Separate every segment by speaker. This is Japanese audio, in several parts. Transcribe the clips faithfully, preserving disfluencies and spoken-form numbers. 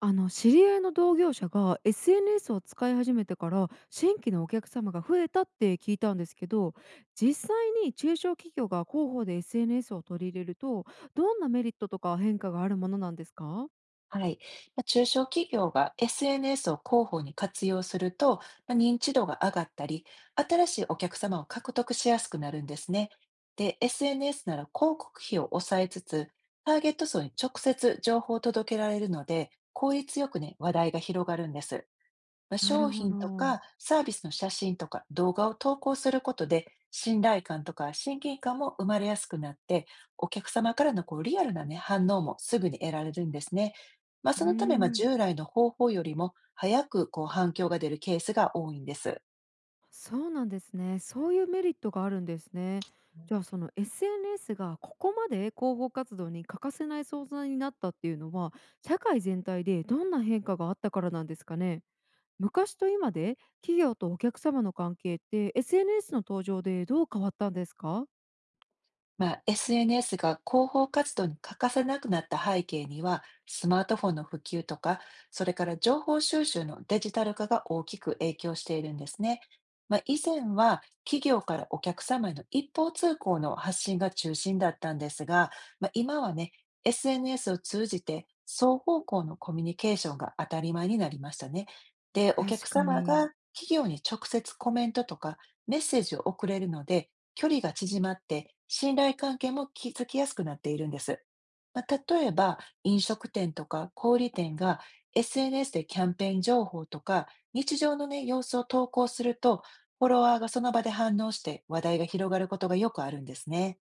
Speaker 1: あの知り合いの同業者が エスエヌエス を使い始めてから新規のお客様が増えたって聞いたんですけど、実際に中小企業が広報で エスエヌエス を取り入れると、どんなメリットとか変化があるものなんですか？
Speaker 2: はい。まあ中小企業が エスエヌエス を広報に活用すると、まあ認知度が上がったり、新しいお客様を獲得しやすくなるんですね。で、エスエヌエス なら広告費を抑えつつ、ターゲット層に直接情報を届けられるので、効率よくね、話題が広がるんです。まあ、
Speaker 1: なる
Speaker 2: 商
Speaker 1: ほ
Speaker 2: 品と
Speaker 1: ど。
Speaker 2: かサービスの写真とか動画を投稿することで、信頼感とか親近感も生まれやすくなって、お客様からのこうリアルな、ね、反応もすぐに得られるんですね。まあ、
Speaker 1: うー
Speaker 2: そのため、まあ、
Speaker 1: ん。
Speaker 2: 従来の方法よりも早くこう反響が出るケースが多いんです。
Speaker 1: そうなんですね。そういうメリットがあるんですね。じゃあその エスエヌエス がここまで広報活動に欠かせない存在になったっていうのは、社会全体でどんな変化があったからなんですかね？昔と今で企業とお客様の関係って、 エスエヌエス の登場でどう変わったんですか？
Speaker 2: まあ、エスエヌエス が広報活動に欠かせなくなった背景には、スマートフォンの普及とか、それから情報収集のデジタル化が大きく影響しているんですね。まあ、以前は企業からお客様への一方通行の発信が中心だったんですが、まあ、今はね、エスエヌエス を通じて双方向のコミュニケーションが当たり前になりましたね。で、お客
Speaker 1: 確か
Speaker 2: 様
Speaker 1: に。
Speaker 2: が企業に直接コメントとかメッセージを送れるので、距離が縮まって、信頼関係も築きやすくなっているんです。まあ、例えば、飲食店とか小売店が エスエヌエス でキャンペーン情報とか、日常のね、様子を投稿すると、フォロワーがその場で反応して話題が広がることがよくあるんですね。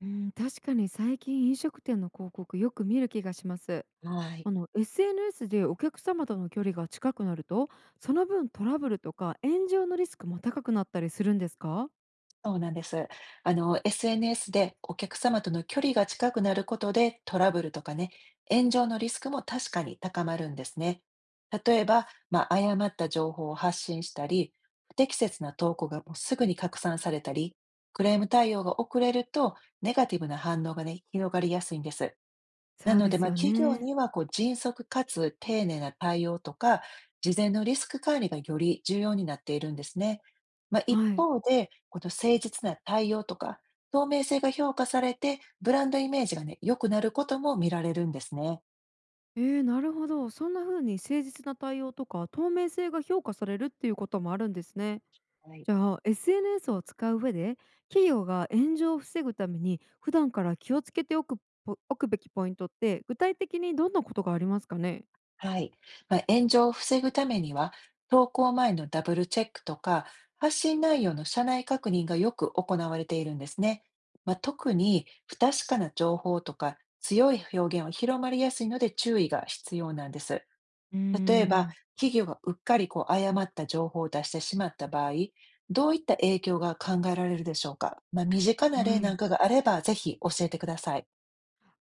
Speaker 1: うん、確かに最近飲食店の広告よく見る気がします。
Speaker 2: はい。
Speaker 1: あの エスエヌエス でお客様との距離が近くなると、その分トラブルとか炎上のリスクも高くなったりするんですか？
Speaker 2: そうなんです。あの、エスエヌエス でお客様との距離が近くなることでトラブルとかね、炎上のリスクも確かに高まるんですね。例えば、まあ、誤った情報を発信したり、不適切な投稿がもうすぐに拡散されたり、クレーム対応が遅れるとネガティブな反応がね、広がりやすいんです。な
Speaker 1: そう
Speaker 2: の
Speaker 1: で
Speaker 2: で、
Speaker 1: す
Speaker 2: まあ、
Speaker 1: よ
Speaker 2: 企業
Speaker 1: ね。
Speaker 2: にはこう迅速かつ丁寧な対応とか、事前のリスク管理がより重要になっているんですね。まあ、一
Speaker 1: はい。
Speaker 2: 方で、この誠実な対応とか、透明性が評価されて、ブランドイメージがね、良くなることも見られるんですね。
Speaker 1: えー、なるほど。そんな風に誠実な対応とか透明性が評価されるっていうこともあるんですね。
Speaker 2: はい。
Speaker 1: じゃあ エスエヌエス を使う上で、企業が炎上を防ぐために普段から気をつけておくポおくべきポイントって具体的にどんなことがありますかね？
Speaker 2: はい。まあ、炎上を防ぐためには、投稿前のダブルチェックとか、発信内容の社内確認がよく行われているんですね。まあ、特に不確かな情報とか強い表現は広まりやすいので注意が必要なんです。
Speaker 1: うー
Speaker 2: 例えば、
Speaker 1: ん。
Speaker 2: 企業がうっかりこう誤った情報を出してしまった場合、どういった影響が考えられるでしょうか。まあ、身近な例
Speaker 1: は
Speaker 2: なん
Speaker 1: い。
Speaker 2: かがあれば、ぜひ教えてください。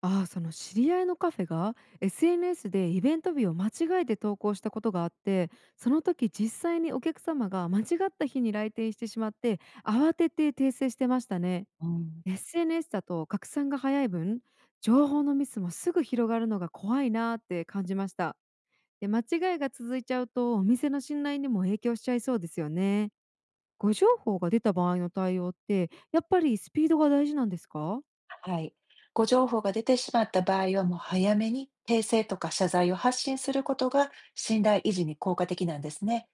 Speaker 1: ああ、その知り合いのカフェが エスエヌエス でイベント日を間違えて投稿したことがあって、その時実際にお客様が間違った日に来店してしまって、慌てて訂正してましたね。
Speaker 2: うん
Speaker 1: エスエヌエス だと拡散が早い分、情報のミスもすぐ広がるのが怖いなーって感じました。で、間違いが続いちゃうと、お店の信頼にも影響しちゃいそうですよね。誤情報が出た場合の対応って、やっぱりスピードが大事なんですか？
Speaker 2: はい。誤情報が出てしまった場合は、もう早めに訂正とか謝罪を発信することが信頼維持に効果的なんですね。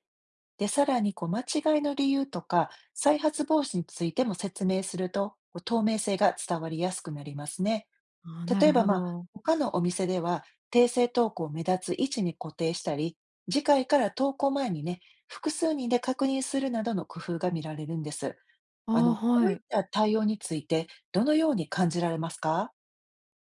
Speaker 2: で、さらにこう間違いの理由とか再発防止についても説明すると、こう透明性が伝わりやすくなりますね。
Speaker 1: あー、な
Speaker 2: 例え
Speaker 1: る
Speaker 2: ば、
Speaker 1: ほ
Speaker 2: まあ、
Speaker 1: ど。
Speaker 2: 他のお店では訂正投稿を目立つ位置に固定したり、次回から投稿前にね、複数人で確認するなどの工夫が見られるんです。あ
Speaker 1: ああ、
Speaker 2: の、こう
Speaker 1: は
Speaker 2: いっ
Speaker 1: い。
Speaker 2: た対応について、どのように感じられますか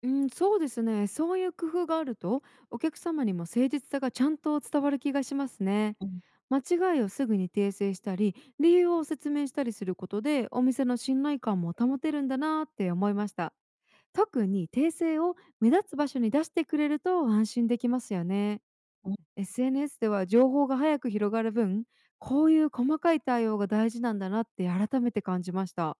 Speaker 1: うん、そうですね。そういう工夫があると、お客様にも誠実さがちゃんと伝わる気がしますね。
Speaker 2: うん、
Speaker 1: 間違いをすぐに訂正したり、理由を説明したりすることで、お店の信頼感も保てるんだなって思いました。特に訂正を目立つ場所に出してくれると安心できますよね。
Speaker 2: うん、
Speaker 1: エスエヌエス では情報が早く広がる分、こういう細かい対応が大事なんだなって改めて感じました。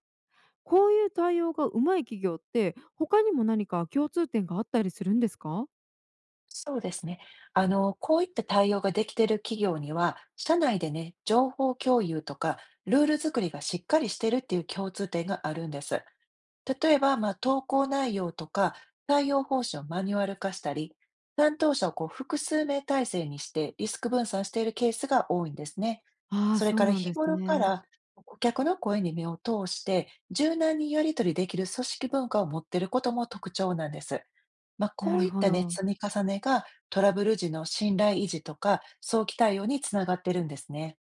Speaker 1: こういう対応がうまい企業って、他にも何か共通点があったりするんですか？
Speaker 2: そうですね。あの、こういった対応ができている企業には、社内でね、情報共有とか、ルール作りがしっかりしているっていう共通点があるんです。例えば、まあ、投稿内容とか、対応方針をマニュアル化したり、担当者をこう複数名体制にしてリスク分散しているケースが多いんですね。
Speaker 1: ああー、
Speaker 2: それ
Speaker 1: そ
Speaker 2: か
Speaker 1: う
Speaker 2: ら
Speaker 1: なん
Speaker 2: 日
Speaker 1: です
Speaker 2: 頃か
Speaker 1: ね。
Speaker 2: ら顧客の声に目を通して柔軟にやり取りできる組織文化を持っていることも特徴なんです。まあ、
Speaker 1: な
Speaker 2: こうい
Speaker 1: る
Speaker 2: っ
Speaker 1: ほ
Speaker 2: たね、
Speaker 1: ど。
Speaker 2: 積み重ねがトラブル時の信頼維持とか、早期対応につながってるんですね。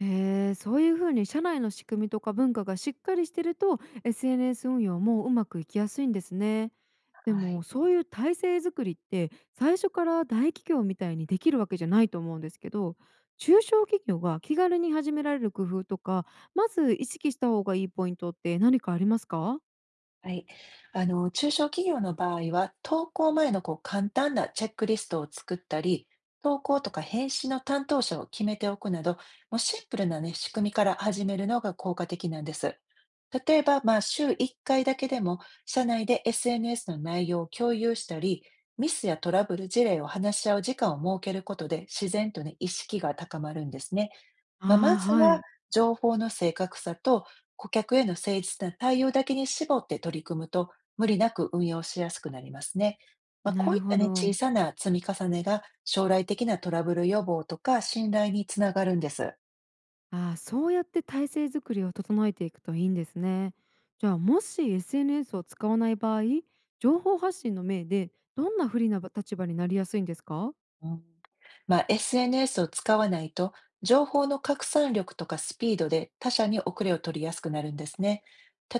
Speaker 1: へえ、そういうふうに社内の仕組みとか文化がしっかりしてると、 エスエヌエス 運用もうまくいきやすいんですね。で
Speaker 2: は
Speaker 1: も、
Speaker 2: い。
Speaker 1: そういう体制作りって最初から大企業みたいにできるわけじゃないと思うんですけど、中小企業が気軽に始められる工夫とか、まず意識した方がいいポイントって何かありますか？
Speaker 2: はい。あの、中小企業の場合は、投稿前のこう簡単なチェックリストを作ったり、投稿とか返信の担当者を決めておくなど、もうシンプルなね、仕組みから始めるのが効果的なんです。例えば、まあ、週いっかいだけでも、社内で エスエヌエス の内容を共有したり、ミスやトラブル事例を話し合う時間を設けることで、自然とね、意識が高まるんですね。まあ、ま
Speaker 1: ああー、
Speaker 2: ず
Speaker 1: は
Speaker 2: は
Speaker 1: い。
Speaker 2: 情報の正確さと顧客への誠実な対応だけに絞って取り組むと、無理なく運用しやすくなりますね。まあ、
Speaker 1: な
Speaker 2: こう
Speaker 1: る
Speaker 2: いった
Speaker 1: ほ
Speaker 2: ね、小
Speaker 1: ど。
Speaker 2: さな積み重ねが将来的なトラブル予防とか信頼につながるんです。
Speaker 1: ああ、そうやって体制作りを整えていくといいんですね。じゃあもし エスエヌエス を使わない場合、情報発信の目で、どんな不利な立場になりやすいんですか？
Speaker 2: うん、まあ、エスエヌエス を使わないと、情報の拡散力とかスピードで他社に遅れを取りやすくなるんですね。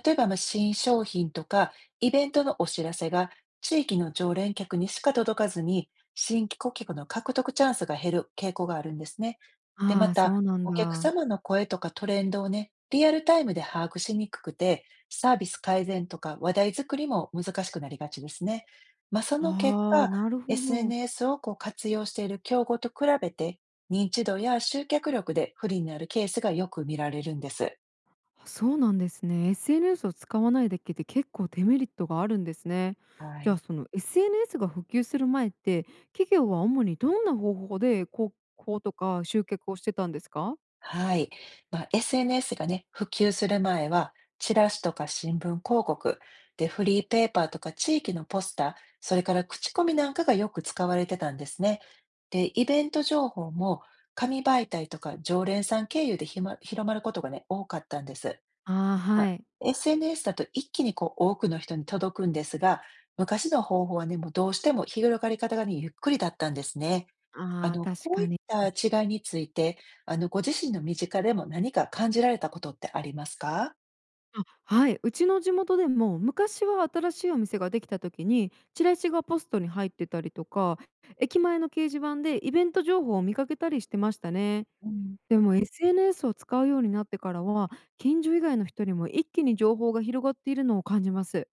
Speaker 2: 例えば、まあ新商品とかイベントのお知らせが地域の常連客にしか届かずに、新規顧客の獲得チャンスが減る傾向があるんですね。で、ま
Speaker 1: ああ、
Speaker 2: た、
Speaker 1: そうなん
Speaker 2: お客
Speaker 1: だ。
Speaker 2: 様の声とかトレンドをね、リアルタイムで把握しにくくて、サービス改善とか話題作りも難しくなりがちですね。まあ、その結
Speaker 1: ああ、
Speaker 2: 果、
Speaker 1: なるほど。
Speaker 2: エスエヌエス をこう活用している競合と比べて、認知度や集客力で不利になるケースがよく見られるんです。
Speaker 1: あ、そうなんですね。エスエヌエス を使わないだけで結構デメリットがあるんですね。
Speaker 2: は
Speaker 1: じゃあ
Speaker 2: い。
Speaker 1: その エスエヌエス が普及する前って、企業は主にどんな方法で広報とか集客をしてたんですか？
Speaker 2: はい。まあ、エスエヌエス がね、普及する前は、チラシとか新聞広告、で、フリーペーパーとか地域のポスター、それから口コミなんかがよく使われてたんですね。で、イベント情報も紙媒体とか常連さん経由でひま広まることがね、多かったんです。
Speaker 1: ああー、
Speaker 2: は
Speaker 1: はい。
Speaker 2: い。エスエヌエス だと一気にこう多くの人に届くんですが、昔の方法はね、もうどうしても広がり方がね、ゆっくりだったんですね。あ
Speaker 1: ああ、
Speaker 2: の、
Speaker 1: 確
Speaker 2: こう
Speaker 1: か
Speaker 2: いっ
Speaker 1: に。
Speaker 2: た違いについて、あの、ご自身の身近でも何か感じられたことってありますか？
Speaker 1: あ、はい。うちの地元でも昔は新しいお店ができた時にチラシがポストに入ってたりとか、駅前の掲示板でイベント情報を見かけたりしてましたね。
Speaker 2: うん
Speaker 1: でも エスエヌエス を使うようになってからは、近所以外の人にも一気に情報が広がっているのを感じます。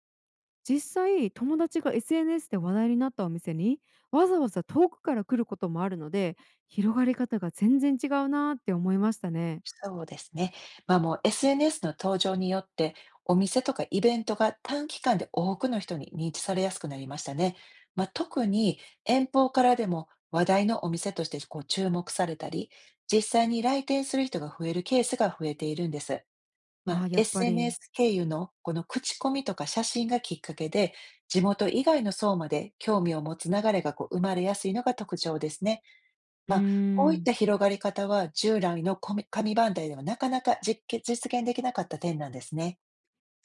Speaker 1: 実際、友達が エスエヌエス で話題になったお店にわざわざ遠くから来ることもあるので、広がり方が全然違うなーって思いましたね。
Speaker 2: そうですね。まあ、もう エスエヌエス の登場によって、お店とかイベントが短期間で多くの人に認知されやすくなりましたね。まあ、特に遠方からでも話題のお店としてこう注目されたり、実際に来店する人が増えるケースが増えているんです。ま
Speaker 1: あ
Speaker 2: あ、
Speaker 1: ー、やっぱり。
Speaker 2: エスエヌエス 経由のこの口コミとか写真がきっかけで、地元以外の層まで興味を持つ流れがこう生まれやすいのが特徴ですね。
Speaker 1: うー
Speaker 2: まあ、こういっ
Speaker 1: ん。
Speaker 2: た広がり方は、従来の紙紙媒体ではなかなか実現実現できなかった点なんですね。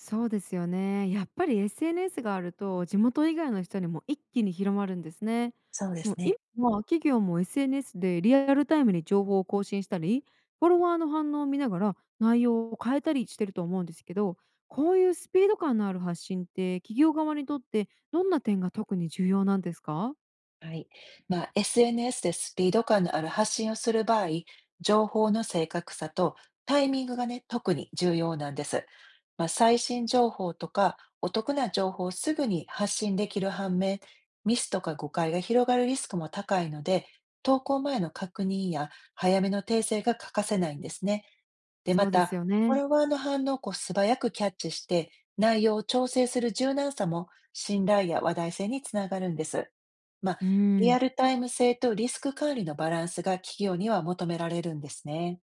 Speaker 1: そうですよね。やっぱり エスエヌエス があると地元以外の人にも一気に広まるんですね。
Speaker 2: そうで
Speaker 1: も
Speaker 2: す
Speaker 1: う
Speaker 2: ね。
Speaker 1: 今は企業も エスエヌエス でリアルタイムに情報を更新したり、フォロワーの反応を見ながら内容を変えたりしてると思うんですけど、こういうスピード感のある発信って、企業側にとってどんな点が特に重要なんですか？
Speaker 2: はい。まあ、エスエヌエス でスピード感のある発信をする場合、情報の正確さとタイミングがね、特に重要なんです。まあ、最新情報とかお得な情報をすぐに発信できる反面、ミスとか誤解が広がるリスクも高いので、投稿前の確認や早めの訂正が欠かせないんですね。で、ま
Speaker 1: そうです
Speaker 2: た、
Speaker 1: よ
Speaker 2: フォ
Speaker 1: ね。
Speaker 2: ロワーの反応をこう素早くキャッチして、内容を調整する柔軟さも信頼や話題性につながるんです。まあ、
Speaker 1: う
Speaker 2: リア
Speaker 1: ん。
Speaker 2: ルタイム性とリスク管理のバランスが企業には求められるんですね。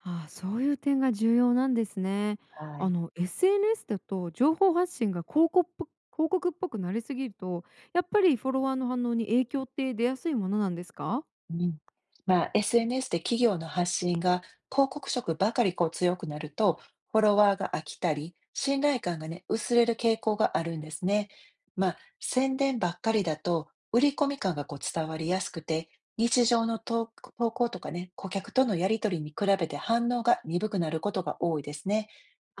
Speaker 1: ああ、そういう点が重要なんですね。
Speaker 2: は
Speaker 1: あ
Speaker 2: い。
Speaker 1: の エスエヌエス だと情報発信が広告っぽ広告っぽくなりすぎると、やっぱりフォロワーの反応に影響って出やすいものなんですか？
Speaker 2: うん、まあ、エスエヌエス で企業の発信が広告色ばかりこう強くなると、フォロワーが飽きたり、信頼感がね、薄れる傾向があるんですね。まあ、宣伝ばっかりだと、売り込み感がこう伝わりやすくて、日常の投投稿とかね、顧客とのやり取りに比べて反応が鈍くなることが多いですね。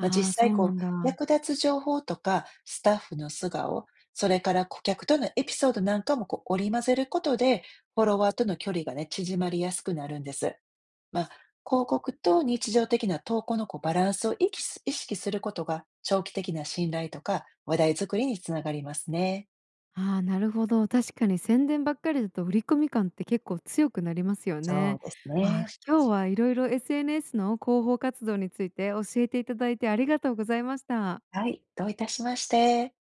Speaker 2: まあ、
Speaker 1: あ、
Speaker 2: 実
Speaker 1: そ
Speaker 2: 際
Speaker 1: う
Speaker 2: こ
Speaker 1: な
Speaker 2: う、
Speaker 1: んだ。
Speaker 2: 役立つ情報とか、スタッフの素顔、それから顧客とのエピソードなんかもこう織り交ぜることで、フォロワーとの距離がね、縮まりやすくなるんです。まあ、広告と日常的な投稿のこうバランスを意識す意識することが、長期的な信頼とか話題作りにつながりますね。
Speaker 1: ああ、なるほど。確かに宣伝ばっかりだと売り込み感って結構強くなりますよ
Speaker 2: そう
Speaker 1: ね。
Speaker 2: です
Speaker 1: あ
Speaker 2: ね。
Speaker 1: あ、今日はいろいろ エスエヌエス の広報活動について教えていただいてありがとうございました。
Speaker 2: はい、どういたしまして。